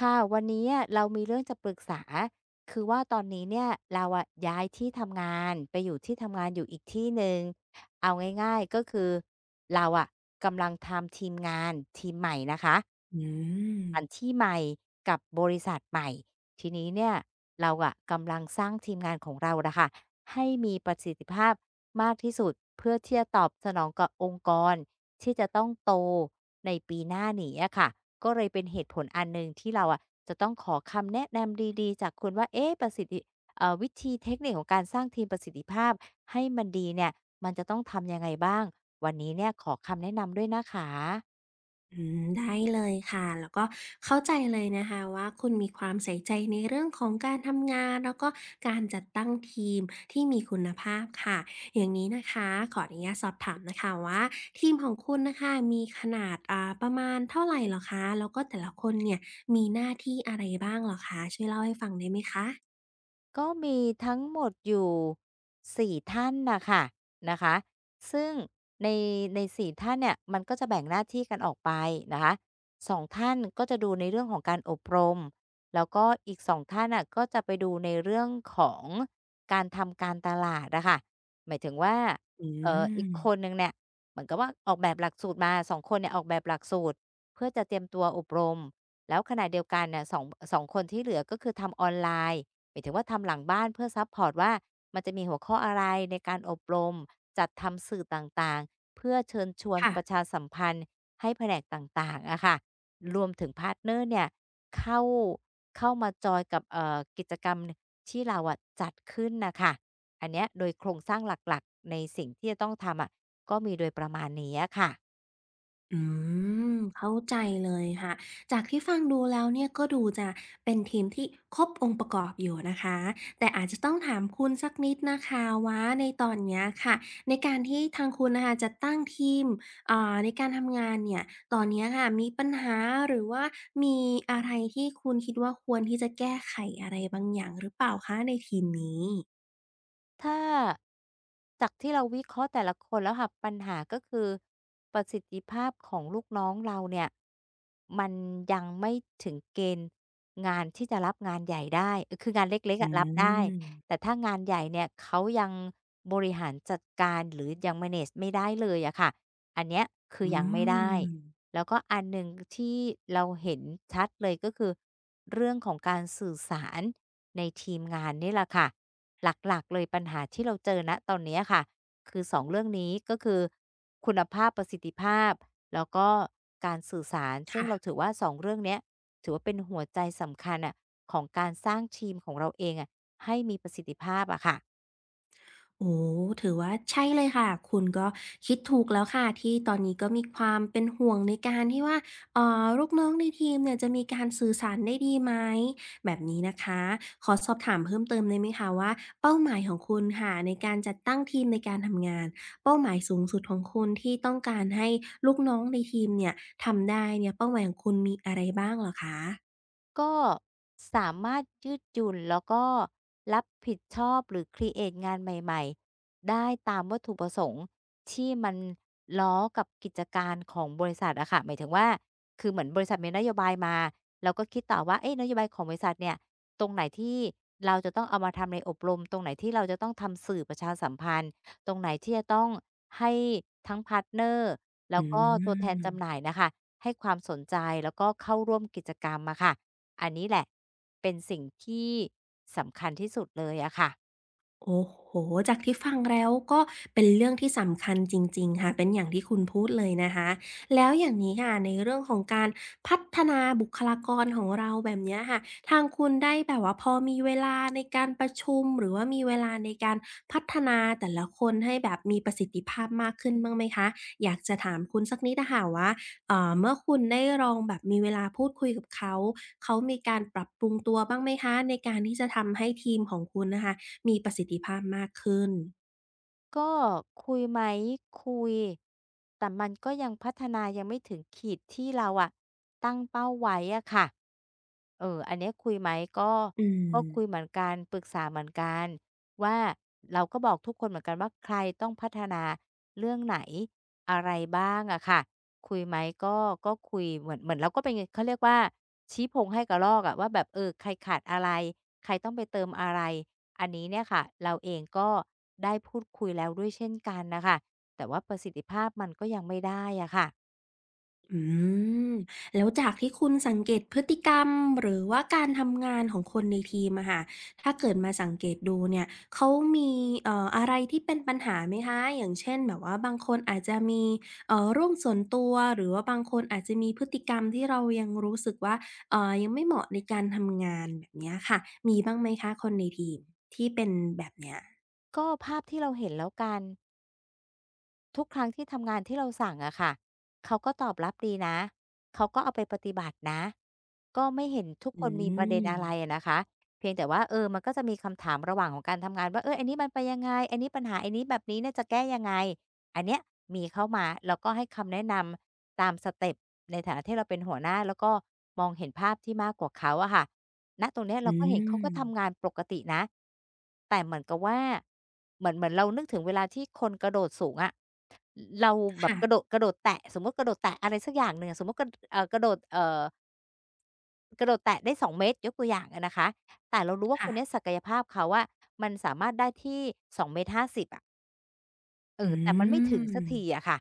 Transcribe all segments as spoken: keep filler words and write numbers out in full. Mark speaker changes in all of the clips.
Speaker 1: ค่ะวันนี้อะเรามีเรื่องจะปรึกษาคือว่าตอนนี้เนี่ยเราอะย้ายที่ทำงานไปอยู่ที่ทำงานอยู่อีกที่หนึ่งเอาง่ายๆก็คือเราอะกำลังทำทีมงานทีมใหม่นะคะ
Speaker 2: อื
Speaker 1: ถาน
Speaker 2: ม
Speaker 1: ที่ใหม่กับบริษัทใหม่ทีนี้เนี่ยเราอะกำลังสร้างทีมงานของเราน่ะค่ะให้มีประสิทธิภาพมากที่สุดเพื่อที่จะตอบสนองกับองค์กรที่จะต้องโตในปีหน้านี้อะค่ะก็เลยเป็นเหตุผลอันหนึ่งที่เราอะจะต้องขอคำแนะนำดีๆจากคุณว่าเอ๊ะประสิทธิเอ่อวิธีเทคนิคของการสร้างทีมประสิทธิภาพให้มันดีเนี่ยมันจะต้องทำยังไงบ้างวันนี้เนี่ยขอคำแนะนำด้วยนะคะ
Speaker 2: อืมได้เลยค่ะแล้วก็เข้าใจเลยนะคะว่าคุณมีความใส่ใจในเรื่องของการทำงานแล้วก็การจัดตั้งทีมที่มีคุณภาพค่ะอย่างนี้นะคะขออนุญาตสอบถามนะคะว่าทีมของคุณน่ะค่ะมีขนาดอ่าประมาณเท่าไรเหรอคะแล้วก็แต่ละคนเนี่ยมีหน้าที่อะไรบ้างเหรอคะช่วยเล่าให้ฟังได้ไหมคะ
Speaker 1: ก็มีทั้งหมดอยู่สี่ท่านน่ะค่ะนะคะซึ่งในในสี่ท่านเนี่ยมันก็จะแบ่งหน้าที่กันออกไปนะคะสองท่านก็จะดูในเรื่องของการอบรมแล้วก็อีกสองท่านน่ะก็จะไปดูในเรื่องของการทำการตลาดอะค่ะหมายถึงว่า
Speaker 2: อื
Speaker 1: เอ่ออีก
Speaker 2: ม
Speaker 1: คนหนึ่งเนี่ยเหมือนกับว่าออกแบบหลักสูตรมาสองคนเนี่ยออกแบบหลักสูตรเพื่อจะเตรียมตัวอบรมแล้วขณะเดียวกันเนี่ย2งสองคนที่เหลือก็คือทำออนไลน์ หมายถึงว่าทำหลังบ้านเพื่อซัปพอร์ตว่ามันจะมีหัวข้ออะไรในการอบรมจัดทำสื่อต่างๆเพื่อเชิญชวนประ
Speaker 2: ค่ะ
Speaker 1: ชาสัมพันธ์ให้แผนกต่างๆอะค่ะรวมถึงพาร์ตเนอร์เนี่ยเข้าเข้ามาจอยกับเอ่อกิจกรรมที่เราอะจัดขึ้นนะคะอันเนี้ยโดยโครงสร้างหลักๆในสิ่งที่จะต้องทำอะก็มีโดยประมาณนี้อะค่ะ
Speaker 2: อืมเข้าใจเลยค่ะจากที่ฟังดูแล้วเนี่ยก็ดูจะเป็นทีมที่ครบองค์ประกอบอยู่นะคะแต่อาจจะต้องถามคุณสักนิดนะคะว่าในตอนเนี้ยค่ะในการที่ทางคุณนะคะจะตั้งทีมอ่าในการทำงานเนี่ยตอนเนี้ยค่ะมีปัญหาหรือว่ามีอะไรที่คุณคิดว่าควรที่จะแก้ไขอะไรบางอย่างหรือเปล่าคะในทีมนี้
Speaker 1: ถ้าจากที่เราวิเคราะห์แต่ละคนแล้วค่ะปัญหาก็คือประสิทธิภาพของลูกน้องเราเนี่ยมันยังไม่ถึงเกณฑ์งานที่จะรับงานใหญ่ได้เออคืองานเล็กๆ
Speaker 2: อื
Speaker 1: อะรับได้
Speaker 2: ม
Speaker 1: แต่ถ้างานใหญ่เนี่ยเขายังบริหารจัดการหรือยัง manage ไม่ได้เลยอะค่ะอันเนี้ยคือ
Speaker 2: อื
Speaker 1: ยังไม่ได้
Speaker 2: ม
Speaker 1: แล้วก็อันหนึ่งที่เราเห็นชัดเลยก็คือเรื่องของการสื่อสาร ในทีมงานนี่แหละค่ะหลักๆเลยปัญหาที่เราเจอณตอนเนี้ยค่ะคือสองเรื่องนี้ก็คือคุณภาพประสิทธิภาพแล้วก็การสื่อสารซึ่ง
Speaker 2: ค่ะ
Speaker 1: เราถือว่าสองเรื่องเนี้ยถือว่าเป็นหัวใจสำคัญอะของการสร้างทีมของเราเองอะให้มีประสิทธิภาพอะค่ะ
Speaker 2: โอ้ถือว่าใช่เลยค่ะ คุณก็คิดถูกแล้วค่ะที่ตอนนี้ก็มีความเป็นห่วงในการที่ว่า เอ่อลูกน้องในทีมเนี่ยจะมีการสื่อสารได้ดีไหม แบบนี้นะคะขอสอบถามเพิ่มเติมได้ไหมคะว่าเป้าหมายของคุณค่ะในการจัดตั้งทีมในการทำงานเป้าหมายสูงสุดของคุณที่ต้องการให้ลูกน้องในทีมเนี่ยทำได้เนี่ยเป้าหมายของคุณมีอะไรบ้างเหรอคะ
Speaker 1: ก็สามารถยืดหยุ่นแล้วก็รับผิดชอบหรือครีเอตงานใหม่ๆได้ตามวัตถุประสงค์ที่มันล้อกับกิจการของบริษัทอะค่ะหมายถึงว่าคือเหมือนบริษัทมีนโยบายมาเราก็คิดต่อว่าเอ๊ะนโยบายของบริษัทเนี่ยตรงไหนที่เราจะต้องเอามาทำในอบรมตรงไหนที่เราจะต้องทำสื่อประชาสัมพันธ์ตรงไหนที่จะต้องให้ทั้งพาร์ตเนอร์
Speaker 2: อื
Speaker 1: แล้วก็ตัวแทนจำหน่า
Speaker 2: ม
Speaker 1: ยน่ะค่ะให้ความสนใจแล้วก็เข้าร่วมกิจกรรมอะค่ะ อันนี้แหละเป็นสิ่งที่สำคัญที่สุดเลยอะค่ะ
Speaker 2: โอ้โฮจากที่ฟังแล้วก็เป็นเรื่องที่สำคัญจริงๆค่ะเป็นอย่างที่คุณพูดเลยนะคะ แล้วอย่างนี้ค่ะ ในเรื่องของการพัฒนาบุคลากรของเราแบบเนี้ยค่ะทางคุณได้แบบว่าพอมีเวลาในการประชุมหรือว่ามีเวลาในการพัฒนาแต่ละคนให้แบบมีประสิทธิภาพมากขึ้นบ้างไหมคะอยากจะถามคุณสักนิดอะค่ะว่าเอ่อเมื่อคุณได้ลองแบบมีเวลาพูดคุยกับเขาเขามีการปรับปรุงตัวบ้างไหมคะในการที่จะทำให้ทีมของคุณน่ะค่ะ มีประสิทธิภาพมากขึ้น
Speaker 1: ก็คุยไหมคุยแต่มันก็ยังพัฒนายังไม่ถึงขีดที่เราอะตั้งเป้าไว้อะค่ะเอออันเนี้ยคุยไหมก็
Speaker 2: อืม
Speaker 1: ก็คุยเหมือนกันปรึกษาเหมือนกันว่าเราก็บอกทุกคนเหมือนกันว่าใครต้องพัฒนาเรื่องไหนอะไรบ้างอะค่ะคุยไหมก็ก็คุยเหมือนเหมือนเราก็เป็นเขาเรียกว่าชี้พงให้กระรอกอะว่าแบบเออใครขาดอะไรใครต้องไปเติมอะไร อันนี้เนี่ยค่ะเราเองก็ได้พูดคุยแล้วด้วยเช่นกันนะคะแต่ว่าประสิทธิภาพมันก็ยังไม่ได้อะค่ะ
Speaker 2: อืม แล้วจากที่คุณสังเกตพฤติกรรมหรือว่าการทำงานของคนในทีมอะค่ะถ้าเกิดมาสังเกตดูเนี่ย เขามีเอ่ออะไรที่เป็นปัญหาไหมคะ อย่างเช่นแบบว่าบางคนอาจจะมีเอ่อเรื่องส่วนตัวหรือว่าบางคนอาจจะมีพฤติกรรมที่เรายังรู้สึกว่าเอ่อยังไม่เหมาะในการทำงานแบบเนี้ยค่ะมีบ้างไหมคะคนในทีมที่เป็นแบบเนี้ย
Speaker 1: ก็ภาพที่เราเห็นแล้วกัน ทุกครั้งที่ทำงานที่เราสั่งอะค่ะเขาก็ตอบรับดีนะ เขาก็เอาไปปฏิบัตินะก็ไม่เห็นทุกค
Speaker 2: อื
Speaker 1: นมีประเด็น
Speaker 2: ม
Speaker 1: อะไรอะนะคะเพียงแต่ว่าเออมันก็จะมีคำถามระหว่างของการทำงานว่าเอออันนี้มันไปยังไงอันนี้ปัญหาอันนี้แบบนี้เนี่ยจะแก้ยังไงอันเนี้ยมีเข้ามาแล้วก็ให้คำแนะนำตามสเต็ปในฐานะที่เราเป็นหัวหน้าแล้วก็มองเห็นภาพที่มากกว่าเขาอะค่ะณตรงเนี้ยเรา
Speaker 2: อื
Speaker 1: ก็เห็นเขา
Speaker 2: ม
Speaker 1: ก็ทำงานปกตินะแต่เหมือนกับว่าเหมือนเหมือนเรานึกถึงเวลาที่คนกระโดดสูงอะ เราแบบ
Speaker 2: ค่ะ
Speaker 1: กระโดดกระโดดแตะสมมุติกระโดดแตะอะไรสักอย่างหนึ่งอะสมมุติกระเอ่อกระโดดเอ่อกระโดดแตะได้สองเมตรยกตัวอย่างอะนะคะแต่เรารู้ว่าคนเนี้ย
Speaker 2: ค่ะ
Speaker 1: ศักยภาพเขาอะมันสามารถได้ที่สองจุดห้าศูนย์เมตรห้าสิบอะเอ
Speaker 2: อื
Speaker 1: อแต่มันไม่ถึงสั
Speaker 2: ม
Speaker 1: กทีอะค่ะ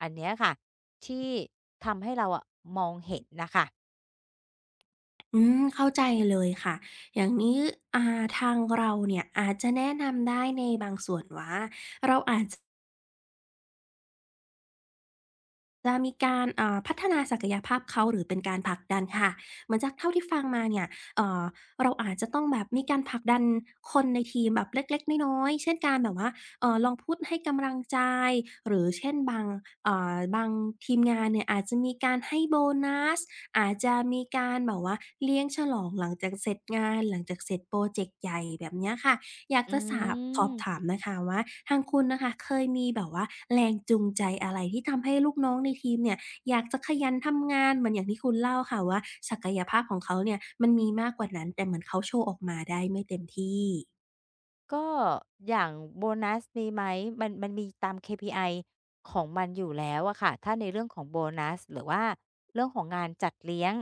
Speaker 1: อันเนี้ยค่ะที่ทำให้เราอะมองเห็นน่ะค่ะ
Speaker 2: อืมเข้าใจเลยค่ะอย่างนี้อ่าทางเราเนี่ยอาจจะแนะนำได้ในบางส่วนว่าเราอาจ จะมีการเอ่าพัฒนาศักยภาพเขาหรือเป็นการผลักดันค่ะเหมือนจากเท่าที่ฟังมาเนี่ยเอ่อเราอาจจะต้องแบบมีการผลักดันคนในทีมแบบเล็กๆน้อยๆเช่นการแบบว่าเอ่อลองพูดให้กำลังใจหรือเช่นบางเอ่อบางทีมงานเนี่ยอาจจะมีการให้โบนัสอาจจะมีการแบบว่าเลี้ยงฉลองหลังจากเสร็จงานหลังจากเสร็จพรอเจกต์ใหญ่แบบเนี้ยค่ะ อยาก
Speaker 1: อื
Speaker 2: จะสาบสอบถาม
Speaker 1: ม
Speaker 2: นะคะว่าทางคุณน่ะค่ะเคยมีแบบว่าแรงจูงใจอะไรที่ทำให้ลูกน้องในทีมเนี่ยอยากจะขยันทำงานเหมือนอย่างที่คุณเล่าค่ะว่าศักยภาพของเขาเนี่ยมันมีมากกว่านั้นแต่เหมือนเขาโชว์ออกมาได้ไม่เต็มที่
Speaker 1: ก็อย่างโบนัสมีไหมมันมันมีตาม เค พี ไอ ของมันอยู่แล้วอะค่ะถ้าในเรื่องของโบนัสหรือว่าเรื่องของงานจัดเลี้ยง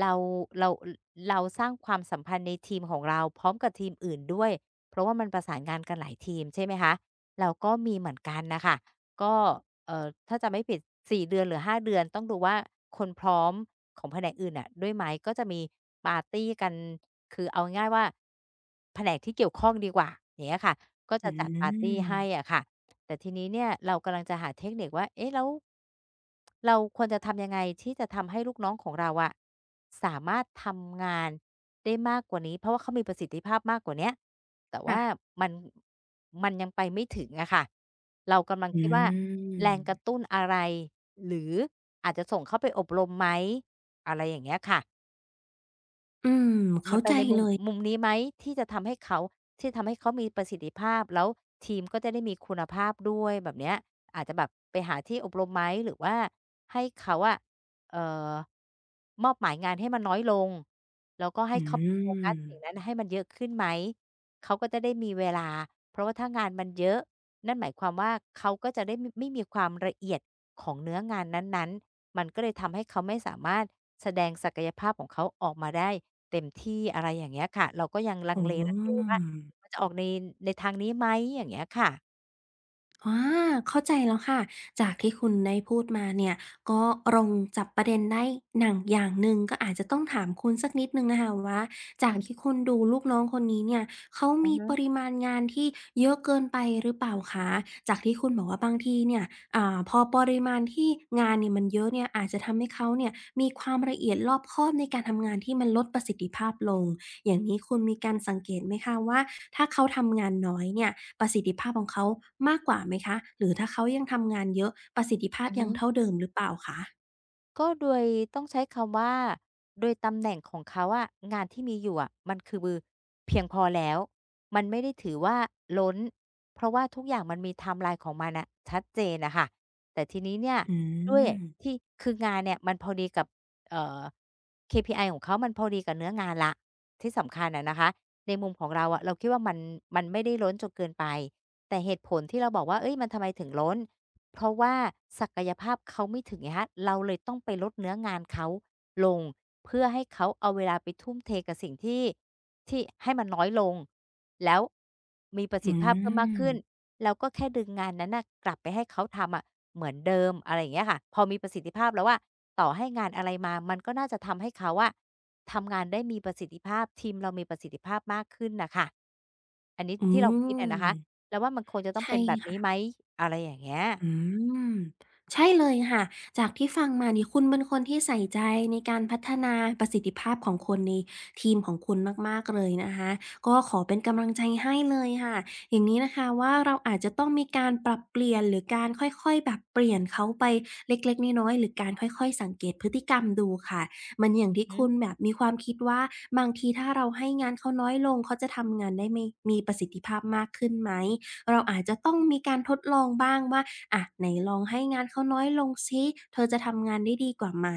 Speaker 1: เราเรารเราสร้างความสัมพันธ์ในทีมของเราพร้อมกับทีมอื่นด้วยเพราะว่ามันประสานงานกันหลายทีมใช่ไหมคะเราก็มีเหมือนกันน่ะค่ะ ก็เอ่อถ้าจำไม่ผิดสี่เดือนหรือห้าเดือนต้องดูว่าคนพร้อมของแผนกอื่นน่ะด้วยไหมก็จะมีปาร์ตีกันคือเอาง่ายๆว่าแผนกที่เกี่ยวข้องดีกว่าอย่างเงี้ยค่ะก็
Speaker 2: อื
Speaker 1: จะจัดปาร์ตี
Speaker 2: ม
Speaker 1: ให้อะค่ะแต่ทีนี้เนี่ยเรากำลังจะหาเทคนิคว่าเอ๊ะแล้วเราควรจะทำยังไงที่จะทำให้ลูกน้องของเราอะสามารถทำงานได้มากกว่านี้เพราะว่าเขามีประสิทธิภาพมากกว่าเนี้ยแต่
Speaker 2: ค่ะ
Speaker 1: ว่ามัน มันยังไปไม่ถึงอะค่ะเรากำลัง
Speaker 2: อื
Speaker 1: คิดว่าแร
Speaker 2: ม
Speaker 1: งกระตุ้นอะไรหรืออาจจะส่งเขาไปอบรมไหมอะไรอย่างเงี้ยค่ะ
Speaker 2: อืม
Speaker 1: มั
Speaker 2: เข้า
Speaker 1: นไป
Speaker 2: ใจ
Speaker 1: ในมุ
Speaker 2: เล
Speaker 1: ม
Speaker 2: ย
Speaker 1: มุมนี้ไหมที่จะทำให้เขาที่ทำให้เขามีประสิทธิภาพแล้วทีมก็จะได้มีคุณภาพด้วยแบบเนี้ยอาจจะแบบไปหาที่อบรมไหมหรือว่าให้เขาอะเอ่อมอบหมายงานให้มันน้อยลงแล้วก็ให้
Speaker 2: อื
Speaker 1: เขาโฟกัสสิ่ง
Speaker 2: ม
Speaker 1: นั้นให้มันเยอะขึ้นไหมเขาก็จะได้มีเวลาเพราะว่าถ้างานมันเยอะนั่นหมายความว่าเขาก็จะได้มไม่มีความละเอียดของเนื้องานนั้นๆมันก็เลยทำให้เขาไม่สามารถ แสดงศักยภาพของเขาออกมาได้เต็มที่อะไรอย่างเงี้ยค่ะเราก็ยังลั
Speaker 2: อ๋อ
Speaker 1: งเลๆว่ามันจะออกในในทางนี้ไหมอย่างเงี้ยค่ะ
Speaker 2: อาเข้าใจแล้วค่ะ จากที่คุณได้พูดมาเนี่ยก็ลงจับประเด็นได้หนังอย่างหนึ่งก็อาจจะต้องถามคุณสักนิดหนึ่งนะคะว่าจากที่คุณดูลูกน้องคนนี้เนี่ยเขา
Speaker 1: ออ
Speaker 2: มี
Speaker 1: ฮะ
Speaker 2: ปริมาณงานที่เยอะเกินไปหรือเปล่าคะจากที่คุณบอกว่าบางทีเนี่ยอ่าพอปริมาณที่งานเนี่ยมันเยอะเนี่ยอาจจะทำให้เขาเนี่ยมีความละเอียดรอบคอบในการทำงานที่มันลดประสิทธิภาพลง อย่างนี้คุณมีการสังเกตไหมคะว่าถ้าเขาทำงานน้อยเนี่ยประสิทธิภาพของเขามากกว่าไหมคะหรือถ้าเขายังทำงานเยอะประสิทธิภาพ
Speaker 1: อือ
Speaker 2: ยั
Speaker 1: ฮึ
Speaker 2: งเท่าเดิมหรือเปล่าคะ
Speaker 1: ก็โดยต้องใช้คำว่าโดยตำแหน่งของเขาอะงานที่มีอยู่อะมันคือเพียงพอแล้วมันไม่ได้ถือว่าล้นเพราะว่าทุกอย่างมันมีไทม์ไลน์ของมันน่ะชัดเจนน่ะค่ะแต่ทีนี้เนี่ย
Speaker 2: อื
Speaker 1: ด้วย
Speaker 2: ม
Speaker 1: ที่คืองานเนี่ยมันพอดีกับเอ่อ เค พี ไอ ของเขามันพอดีกับเนื้องานแล้วที่สำคัญอะนะคะในมุมของเราอะเราคิดว่ามันมันไม่ได้ล้นจนเกินไปแต่เหตุผลที่เราบอกว่าเฮ้ยมันทำไมถึงล้น เพราะว่าศักยภาพเขาไม่ถึงไงครเราเลยต้องไปลดเนื้องานเขาลงเพื่อให้เขาเอาเวลาไปทุ่มเทกับสิ่งที่ที่ให้มันน้อยลงแล้วมีประสิ
Speaker 2: อื
Speaker 1: ทธิภาพเพิ่มมาก
Speaker 2: ม
Speaker 1: ขึ้นเราก็แค่ดึงงานนั้นน่ะกลับไปให้เขาทำอะเหมือนเดิมอะไรอย่างเงี้ยค่ะพอมีประสิทธิภาพแล้วอะต่อให้งานอะไรมามันก็น่าจะทำให้เขาอะทำงานได้มีประสิทธิภาพทีมเรามีประสิทธิภาพมากขึ้นน่ะค่ะอันนี้
Speaker 2: อื
Speaker 1: ที่เรา
Speaker 2: ม
Speaker 1: คิดอะนะคะเราว่ามันควรจะต้อง
Speaker 2: ใช่
Speaker 1: เป็นแบบนี้
Speaker 2: ค่ะ
Speaker 1: ไหมอะไรอย่างเงี้ย
Speaker 2: อืมใช่เลยค่ะจากที่ฟังมานี่คุณเป็นคนที่ใส่ใจในการพัฒนาประสิทธิภาพของคนในทีมของคุณมากๆเลยนะคะก็ขอเป็นกำลังใจให้เลยค่ะอย่างนี้นะคะว่าเราอาจจะต้องมีการปรับเปลี่ยนหรือการค่อยๆแบบเปลี่ยนเขาไปเล็กๆน้อยๆหรือการค่อยๆสังเกตพฤติกรรมดูค่ะมันอย่าง
Speaker 1: อือ
Speaker 2: ที่
Speaker 1: ฮึ
Speaker 2: คุณแบบมีความคิดว่าบางทีถ้าเราให้งานเขาน้อยลงเขาจะทำงานได้ไม่มีประสิทธิภาพมากขึ้นไหม เราอาจจะต้องมีการทดลองบ้างว่าอะไหนลองให้งานเขาน้อยลงซิเธอจะทำงานได้ดีกว่าไหม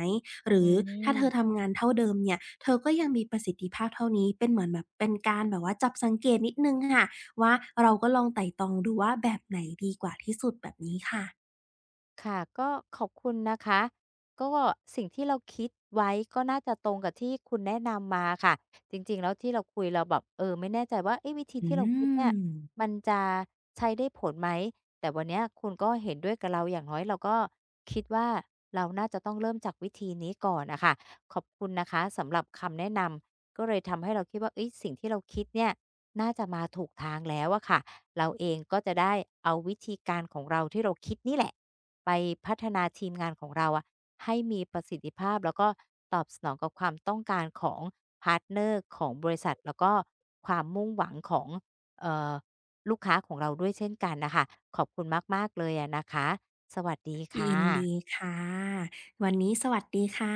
Speaker 2: หรื
Speaker 1: อื
Speaker 2: อถ้าเธอ
Speaker 1: ม
Speaker 2: ทำงานเท่าเดิมเนี่ยเธอก็ยังมีประสิทธิภาพเท่านี้เป็นเหมือนแบบเป็นการแบบว่าจับสังเกตนิดหนึ่งค่ะว่าเราก็ลองไตร่ตรองดูว่าแบบไหนดีกว่าที่สุดแบบนี้ค่ะ
Speaker 1: ค่ะก็ขอบคุณนะคะก็สิ่งที่เราคิดไว้ก็น่าจะตรงกับที่คุณแนะนำมาค่ะจริงๆแล้วที่เราคุยเราแบบเออไม่แน่ใจว่าเอ๊ะวิธี
Speaker 2: อื
Speaker 1: ที่เราคิดเนี่ย
Speaker 2: ม
Speaker 1: มันจะใช้ได้ผลไหมแต่วันเนี้ยคุณก็เห็นด้วยกับเราอย่างน้อยเราก็คิดว่าเราน่าจะต้องเริ่มจากวิธีนี้ก่อนน่ะค่ะขอบคุณนะคะสำหรับคำแนะนำก็เลยทำให้เราคิดว่าเฮ้ยสิ่งที่เราคิดเนี่ยน่าจะมาถูกทางแล้วอะค่ะเราเองก็จะได้เอาวิธีการของเราที่เราคิดนี่แหละ ไปพัฒนาทีมงานของเราอะให้มีประสิทธิภาพแล้วก็ตอบสนองกับความต้องการของพาร์ตเนอร์ของบริษัทแล้วก็ความมุ่งหวังของเอ่อลูกค้าของเราด้วยเช่นกันน่ะค่ะขอบคุณมากๆเลยอะนะคะสวัสดีค่
Speaker 2: ยินดี
Speaker 1: ะ
Speaker 2: ค่ะวันนี้สวัสดีค่ะ